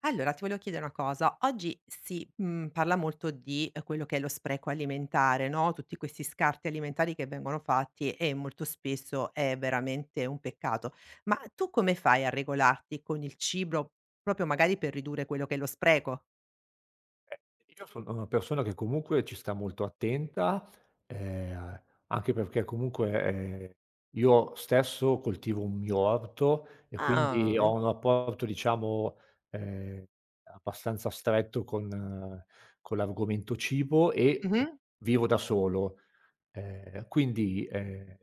Allora, ti volevo chiedere una cosa. Oggi si, parla molto di, quello che è lo spreco alimentare, no, tutti questi scarti alimentari che vengono fatti e molto spesso è veramente un peccato. Ma tu come fai a regolarti con il cibo, proprio magari per ridurre quello che è lo spreco? Eh, io sono una persona che comunque ci sta molto attenta, anche perché comunque, io stesso coltivo un mio orto e quindi Ah, ho in un rapporto diciamo, ehm, abbastanza stretto con l'argomento cibo e mh-mh, vivo da solo. Quindi,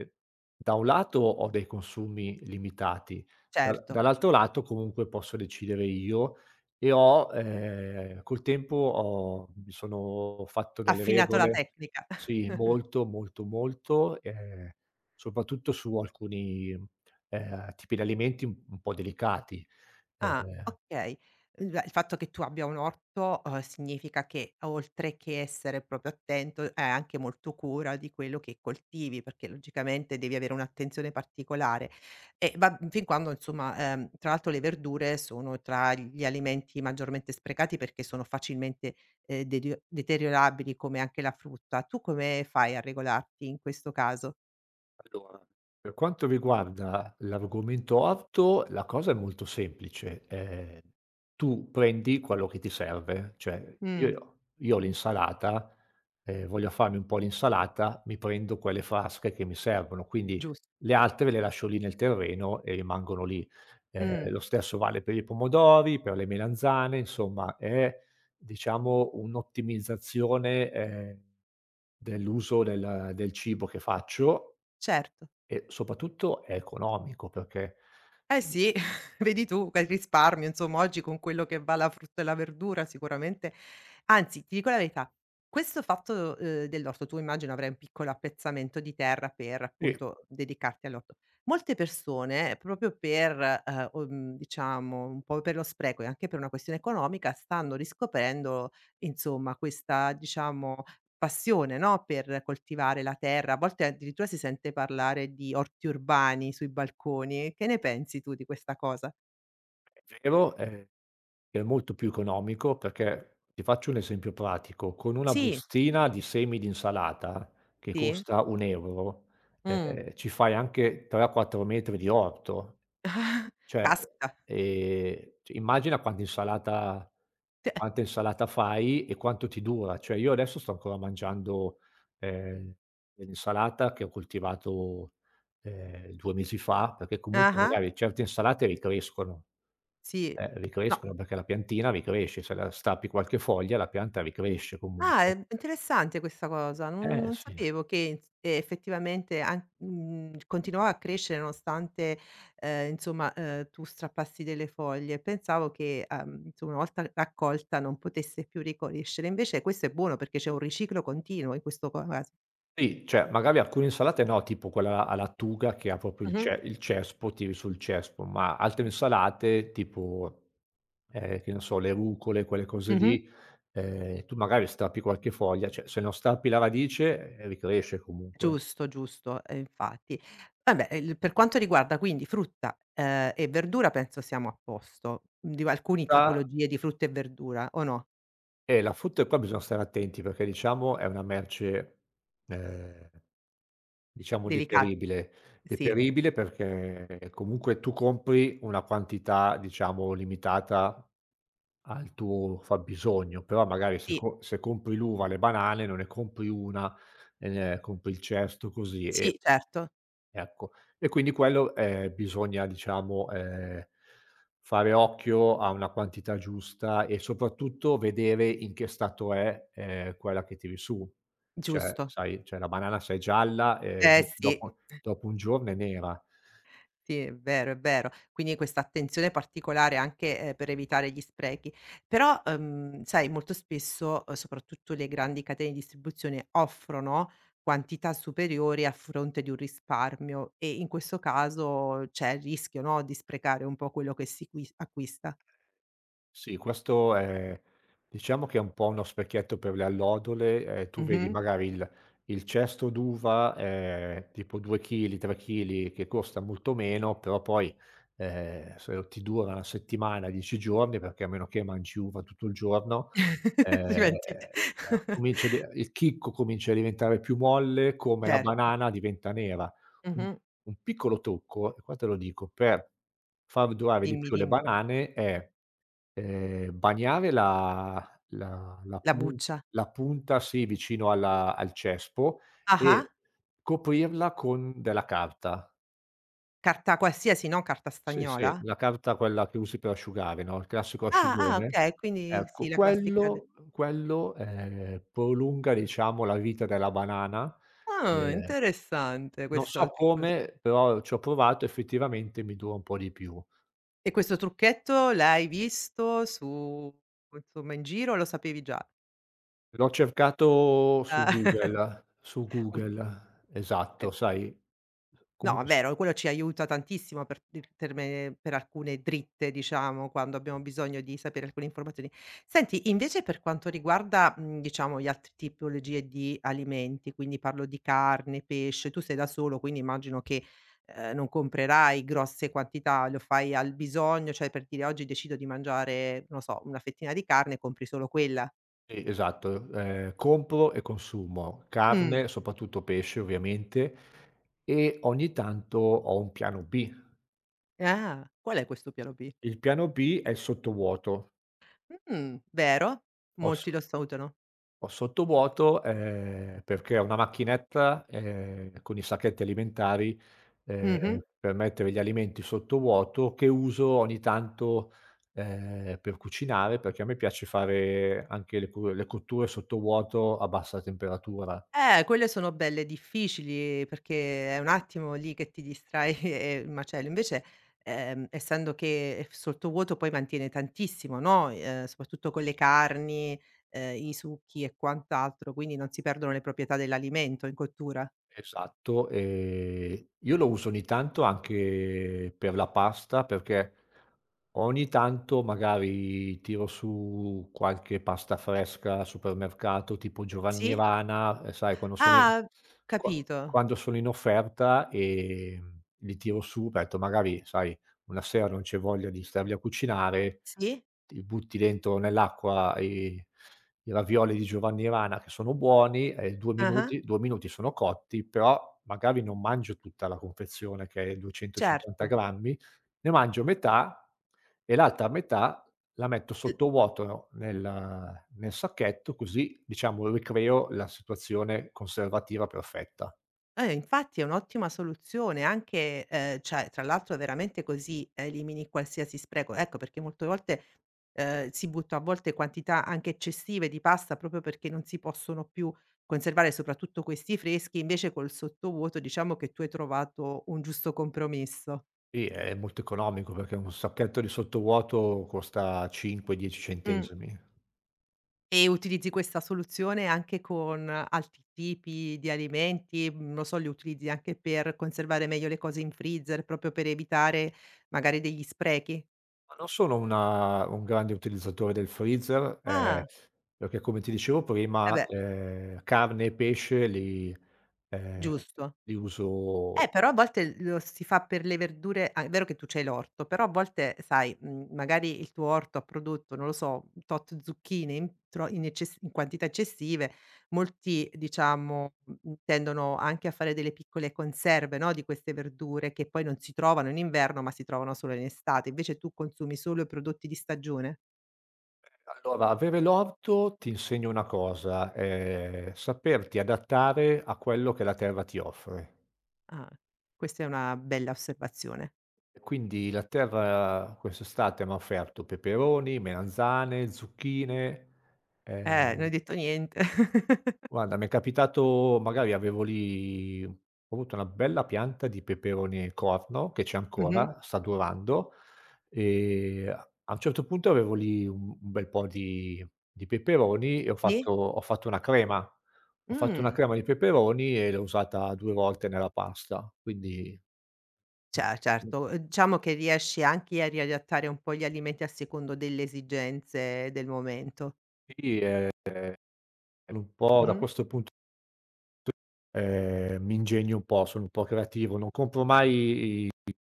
da un lato ho dei consumi limitati, da certo. dall'altro lato comunque posso decidere io e ho col tempo ho mi sono fatto delle Affinato la regole, tecnica. sì, molto, molto, molto, soprattutto su alcuni, tipi di alimenti un po' delicati. Ah, Ehm okay. Beh, il fatto che tu abbia un orto, significa che oltre che essere proprio attento, hai anche molto cura di quello che coltivi, perché logicamente devi avere un'attenzione particolare. Fin quando insomma, tra l'altro le verdure sono tra gli alimenti maggiormente sprecati perché sono facilmente, derio deteriorabili come anche la frutta. Tu come fai a regolarti in questo caso? Allora, per quanto riguarda l'argomento orto, la cosa è molto semplice. Tu prendi quello che ti serve, cioè Mh, io ho l'insalata, voglio farmi un po' l'insalata, mi prendo quelle flasche che mi servono, quindi giust le altre le lascio lì nel terreno e rimangono lì. Mh. Lo stesso vale per i pomodori, per le melanzane, insomma è diciamo un'ottimizzazione, dell'uso del cibo che faccio Certo. e soprattutto è economico perché. Eh Mh. sì, vedi tu che risparmio, insomma, oggi con quello che va la frutta e la verdura sicuramente anzi, ti dico la verità, questo fatto, dell'orto, tu immagino avrai un piccolo appezzamento di terra per, Sì, appunto, dedicarti all'orto. Molte persone, proprio per, diciamo, un po' per lo spreco e anche per una questione economica, stanno riscoprendo, insomma, questa, diciamo passione, no, per coltivare la terra. A volte addirittura si sente parlare di orti urbani sui balconi. Che ne pensi tu di questa cosa? è vero, è molto più economico perché ti faccio un esempio pratico: con una Sì, bustina di semi di insalata che sì. costa 1 €, Mh. Ci fai anche 3, 4 metri di orto. Cioè, Caspita. C immagina quanta insalata T quanta insalata fai e quanto ti dura. Cioè, io adesso sto ancora mangiando, ehm, dell'insalata che ho coltivato, 2 mesi fa, perché comunque ah-ah, magari certe insalate ricrescono, sì. eh, No ricrescono perché la piantina ricresce, se la stappi qualche foglia la pianta ricresce Ah, comunque. è interessante questa cosa. Non non Sì. sapevo che ins effettivamente continuava a crescere nonostante, insomma, tu strappassi delle foglie. Pensavo che, insomma, una volta raccolta non potesse più ricrescere. Invece questo è buono perché c'è un riciclo continuo in questo co caso. Sì, cioè magari alcune insalate no, tipo quella alla Tuga che ha proprio il Mh-mh, ce il cespo, tiri sul cespo, ma altre insalate tipo, che ne so, le rucole, quelle cose mh-mh. lì, tu magari strappi qualche foglia, cioè se non strappi la radice, ricresce comunque. Giusto, giusto, infatti. Vabbè, il per quanto riguarda quindi frutta, e verdura penso siamo a posto. Di alcuni Frutta tipologie di frutta e verdura o no? La frutta e qua bisogna stare attenti perché diciamo è una merce, ehm, diciamo Delicati, deperibile. sì. Deperibile perché comunque tu compri una quantità, diciamo, limitata al tuo fabbisogno, però magari se Sì, co se compri l'uva, le banane, non ne compri una, e ne compri il cesto così e sì, certo, ecco. E quindi quello, bisogna diciamo, fare occhio a una quantità giusta e soprattutto vedere in che stato è, quella che tiri su. Cioè giusto. sai, cioè la banana se è gialla, Eh do sì, dopo dopo un giorno è nera. sì, è vero, è vero. Quindi questa attenzione particolare anche, per evitare gli sprechi. Però, sai molto spesso, soprattutto le grandi catene di distribuzione offrono quantità superiori a fronte di un risparmio e in questo caso c'è il rischio, no, di sprecare un po' quello che si qui acquista. Sì, questo è diciamo che è un po' uno specchietto per le allodole, tu vedi Mh-mh. magari il cesto d'uva, tipo 2 chili, 3 chili che costa molto meno, però poi, se ti dura 1 settimana, 10 giorni, perché a meno che mangi uva tutto il giorno, ehm, Diventi a comincia a di il chicco comincia a diventare più molle, come la certo. banana diventa nera. Un Mh-mh. un piccolo trucco, e qua te lo dico, per far durare di Dimmi, più le dimmi. banane è bagnare la la La pun buccia. la punta, sì, vicino alla al cespo Ah-ah. e coprirla con della carta. Carta qualsiasi, non carta Sì, sì, stagnola? la carta quella che usi per asciugare, no, il classico Ah, ah, asciugone. okay, quindi sì, Ecco, la classica quello, prolunga diciamo la vita della banana. Ehm, interessante Non so questo piccolo tru come, però ci ho provato, effettivamente mi dura un po' di più. e questo trucchetto l'hai visto su insomma in giro o lo sapevi già? L'ho cercato Ah, su ut Google, esatto, sai, No, è comunque s vero, quello ci aiuta tantissimo per determe per alcune dritte, diciamo, quando abbiamo bisogno di sapere alcune informazioni. Senti, invece per quanto riguarda, diciamo, gli altri tipologie di alimenti, quindi parlo di carne, pesce, tu sei da solo, quindi immagino che, non comprerai grosse quantità, lo fai al bisogno, cioè per dire: "Oggi decido di mangiare, non so, una fettina di carne", compri solo quella. sì, esatto, compro e consumo Mh, carne, soprattutto pesce ovviamente, e ogni tanto ho un piano B. ah, qual è questo piano B? Il piano B è il sottovuoto. Vero? Ho s Molti lo salutano. Ho sottovuoto, perché ho una macchinetta, con i sacchetti alimentari, Mh-mh. per mettere gli alimenti sottovuoto che uso ogni tanto, per cucinare, perché a me piace fare anche le cotture sottovuoto a bassa temperatura. Quelle sono belle difficili perché è un attimo lì che ti distrai e macelli. Invece, essendo che è f sottovuoto poi mantiene tantissimo, no, soprattutto con le carni, i succhi e quant'altro, quindi non si perdono le proprietà dell'alimento in cottura. Esatto, io lo uso ogni tanto anche per la pasta, perché ogni tanto magari tiro su qualche pasta fresca al supermercato, tipo Sì? giovannirana, sai Ah, qua capito. quando sono in offerta, li tiro su, metto magari sai una sera non c'hai voglia di star lì a cucinare, Sì. ti butti dentro nell'acqua i ravioli di Giovanni Rana che sono buoni e 2 Ah-ah, minuti 2 minuti sono cotti, però magari non mangio tutta la confezione che è 250 certo. grammi, ne mangio metà e l'altra metà la metto L sottovuoto nel sacchetto, così diciamo ricreo la situazione conservativa perfetta. Infatti è un'ottima soluzione anche, cioè tra l'altro veramente così elimini qualsiasi spreco. Ecco perché molte volte, si butta a volte quantità anche eccessive di pasta proprio perché non si possono più conservare, soprattutto questi freschi, invece col sottovuoto diciamo che tu hai trovato un giusto compromesso. Sì, è molto economico perché un sacchetto di sottovuoto costa 5, 10 Mh. centesimi. E utilizzi questa soluzione anche con altri tipi di alimenti? Mhmm, non lo so, li utilizzi anche per conservare meglio le cose in freezer, proprio per evitare magari degli sprechi? Ma non sono una un grande utilizzatore del freezer, Ah, perché come ti dicevo eh prima, beh, carne e pesce ehm, giusto. li Eh, uso. però a volte lo si fa per le verdure ah, è vero che tu c'hai l'orto, però a volte sai, magari il tuo orto ha prodotto, non lo so, tot zucchine in quantità eccessive, molti diciamo, tendono anche a fare delle piccole conserve, no, di queste verdure che poi non si trovano in inverno, ma si trovano solo in estate. Invece tu consumi solo i prodotti di stagione? Allora, avere l'orto ti insegna una cosa, saperti adattare a quello che la terra ti offre. Ah, questa è una bella osservazione. E quindi la terra quest'estate m'ha offerto peperoni, melanzane, zucchine. Non hai ehm detto niente. Guarda, mi è capitato magari avevo lì ho avuto una bella pianta di peperoni al corno, che c'è Mh-mh. ancora, sta durando, ehm, a un certo punto avevo lì un bel po' di peperoni e ho fatto Sì? ho fatto una crema. Ho fatto una Mh. crema di peperoni e l'ho usata 2 volte nella pasta, quindi Ce mhmm, Certo, diciamo che riesci anche a riadattare un po' gli alimenti a secondo delle esigenze del momento. sì, un po' da Mh-mh. questo punto, mi ingegno un po', sono un po' creativo, non compro mai i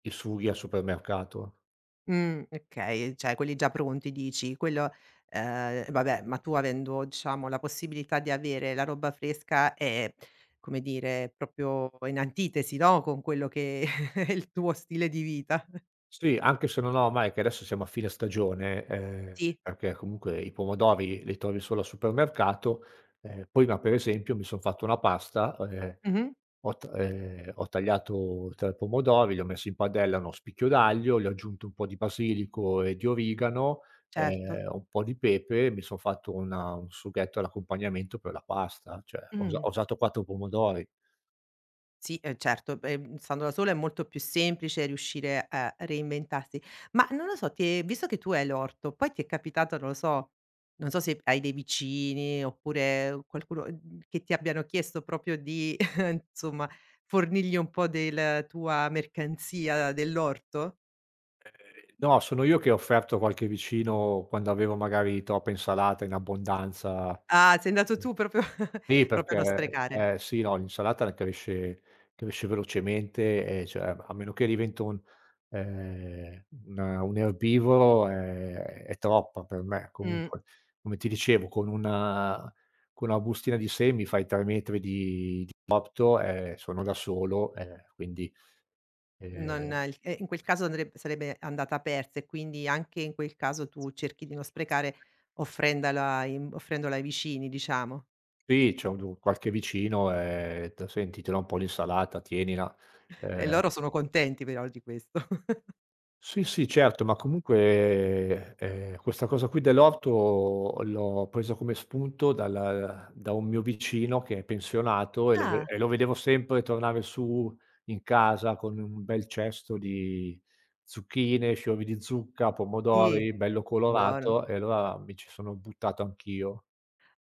i sughi al supermercato. Okay, cioè quelli già pronti dici. Quello vabbè, ma tu avendo diciamo la possibilità di avere la roba fresca è, come dire, proprio in antitesi, no, con quello che è il tuo stile di vita. Sì, anche se non ho ormai che adesso siamo a fine stagione, Sì. perché comunque i pomodori li trovi solo al supermercato, prima per esempio mi son fatto una pasta, ehm, Mh-mh, ho t ehm, ho tagliato 3 pomodori, li ho messi in padella a uno spicchio d'aglio, gli ho aggiunto un po' di basilico e di origano, certo. Un po' di pepe, mi son fatto una un sughetto all'accompagnamento per la pasta, cioè ho usa Mh. ho usato 4 pomodori. Sì, certo, stando da sola è molto più semplice riuscire a reinventarsi. Ma non lo so, ti è visto che tu hai l'orto, poi ti è capitato, non lo so non so se hai dei vicini oppure qualcuno, che ti abbiano chiesto proprio di insomma fornirgli un po' del tua mercanzia dell'orto? No, sono io che ho offerto qualche vicino quando avevo magari troppa insalata in abbondanza. Ah, sei andato tu proprio Sì, proprio a non perché sprecare. eh sì, no, l'insalata cresce velocemente e cioè a meno che divento un, un erbivoro è troppa per me. Mh. Comunque, come ti dicevo, con una bustina di semi fai 3 metri di cotto, sono da solo, quindi, Non ehm il e in quel caso andreb sarebbe andata persa e quindi anche in quel caso tu cerchi di non sprecare offrendala in offrendola ai vicini, diciamo. Sì, c'ho du qualche vicino, t "Senti, te l'ho un po' l'insalata, tienila". E Ehm loro sono contenti però di questo. sì, sì, certo, ma comunque, questa cosa qui dell'orto l'ho presa come spunto dal da un mio vicino che è pensionato e lo ve Ah. e lo vedevo sempre tornare su in casa con un bel cesto di zucchine, fiori di zucca, Sì, pomodori, bello buono. colorato, e allora mi ci sono buttato anch'io.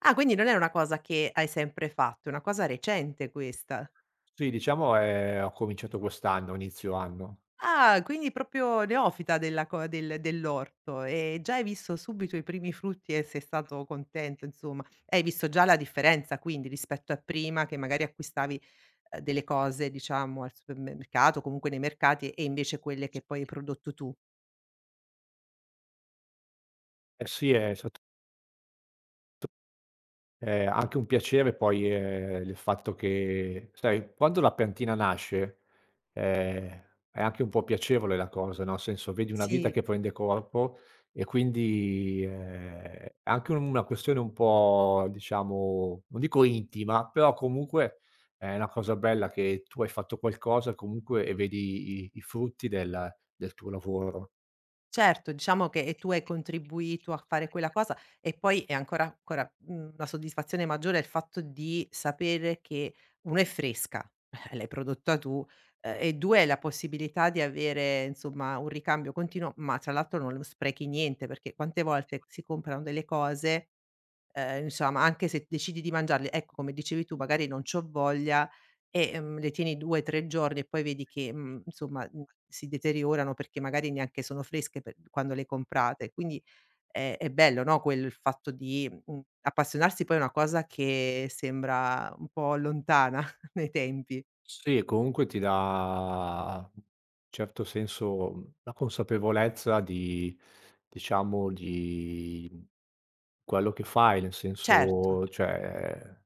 Ah, quindi non è una cosa che hai sempre fatto, è una cosa recente questa. Sì, diciamo, ho cominciato quest'anno, inizio anno. Ah, quindi proprio neofita della co del dell'orto e già hai visto subito i primi frutti e sei stato contento insomma. Hai visto già la differenza quindi rispetto a prima che magari acquistavi, delle cose diciamo al supermercato, comunque nei mercati e invece quelle che poi hai prodotto tu. Eh sì, è anche un piacere poi, il fatto che sai, quando la piantina nasce, ehm, è anche un po' piacevole la cosa, no, nel senso vedi una vita, Sì. sì, che prende corpo e quindi, è anche una questione un po' diciamo, non dico intima, però comunque è una cosa bella che tu hai fatto qualcosa comunque e vedi i frutti del tuo lavoro. Certo, diciamo che tu hai contribuito a fare quella cosa e poi è ancora ancora, una soddisfazione maggiore il fatto di sapere che 1 è fresca, l'hai prodotta tu, e 2 è la possibilità di avere insomma un ricambio continuo, ma tra l'altro non lo sprechi niente, perché quante volte si comprano delle cose. Insomma, anche se decidi di mangiarli, ecco, come dicevi tu, magari non c'ho voglia e, le tieni 2, 3 giorni e poi vedi che, insomma, si deteriorano perché magari neanche sono fresche per quando le comprate. Quindi è bello, no, quel fatto di, appassionarsi poi a una cosa che sembra un po' lontana nei tempi. Sì, e comunque ti dà, un certo senso, la consapevolezza di, diciamo, di quello che fai, nel Certo. senso cioè,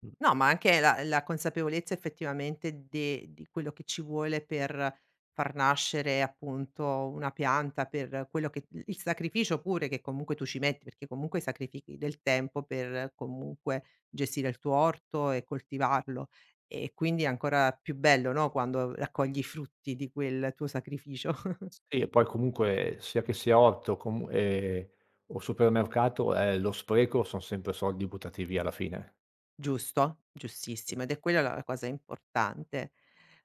mhmm, No, ma anche la consapevolezza effettivamente de di quello che ci vuole per far nascere appunto una pianta, per quello che il sacrificio pure che comunque tu ci metti, perché comunque sacrifichi del tempo per comunque gestire il tuo orto e coltivarlo. E quindi è ancora più bello, no, quando raccogli i frutti di quel tuo sacrificio. sì e poi comunque sia che sia orto comu o supermercato, lo spreco son sempre soldi buttati via alla fine. Giusto, giustissimo ed è quella la cosa importante.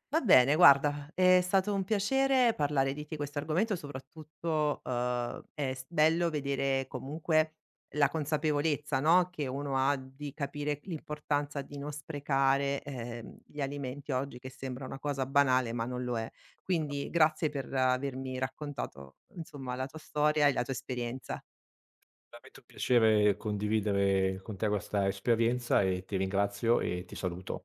Va bene guarda, è stato un piacere parlare di te questo argomento, soprattutto, è s bello vedere comunque la consapevolezza, no, che uno ha di capire l'importanza di non sprecare, gli alimenti oggi che sembra una cosa banale, ma non lo è. Quindi grazie per avermi raccontato, insomma, la tua storia e la tua esperienza. Veramente un piacere condividere con te questa esperienza e ti ringrazio e ti saluto.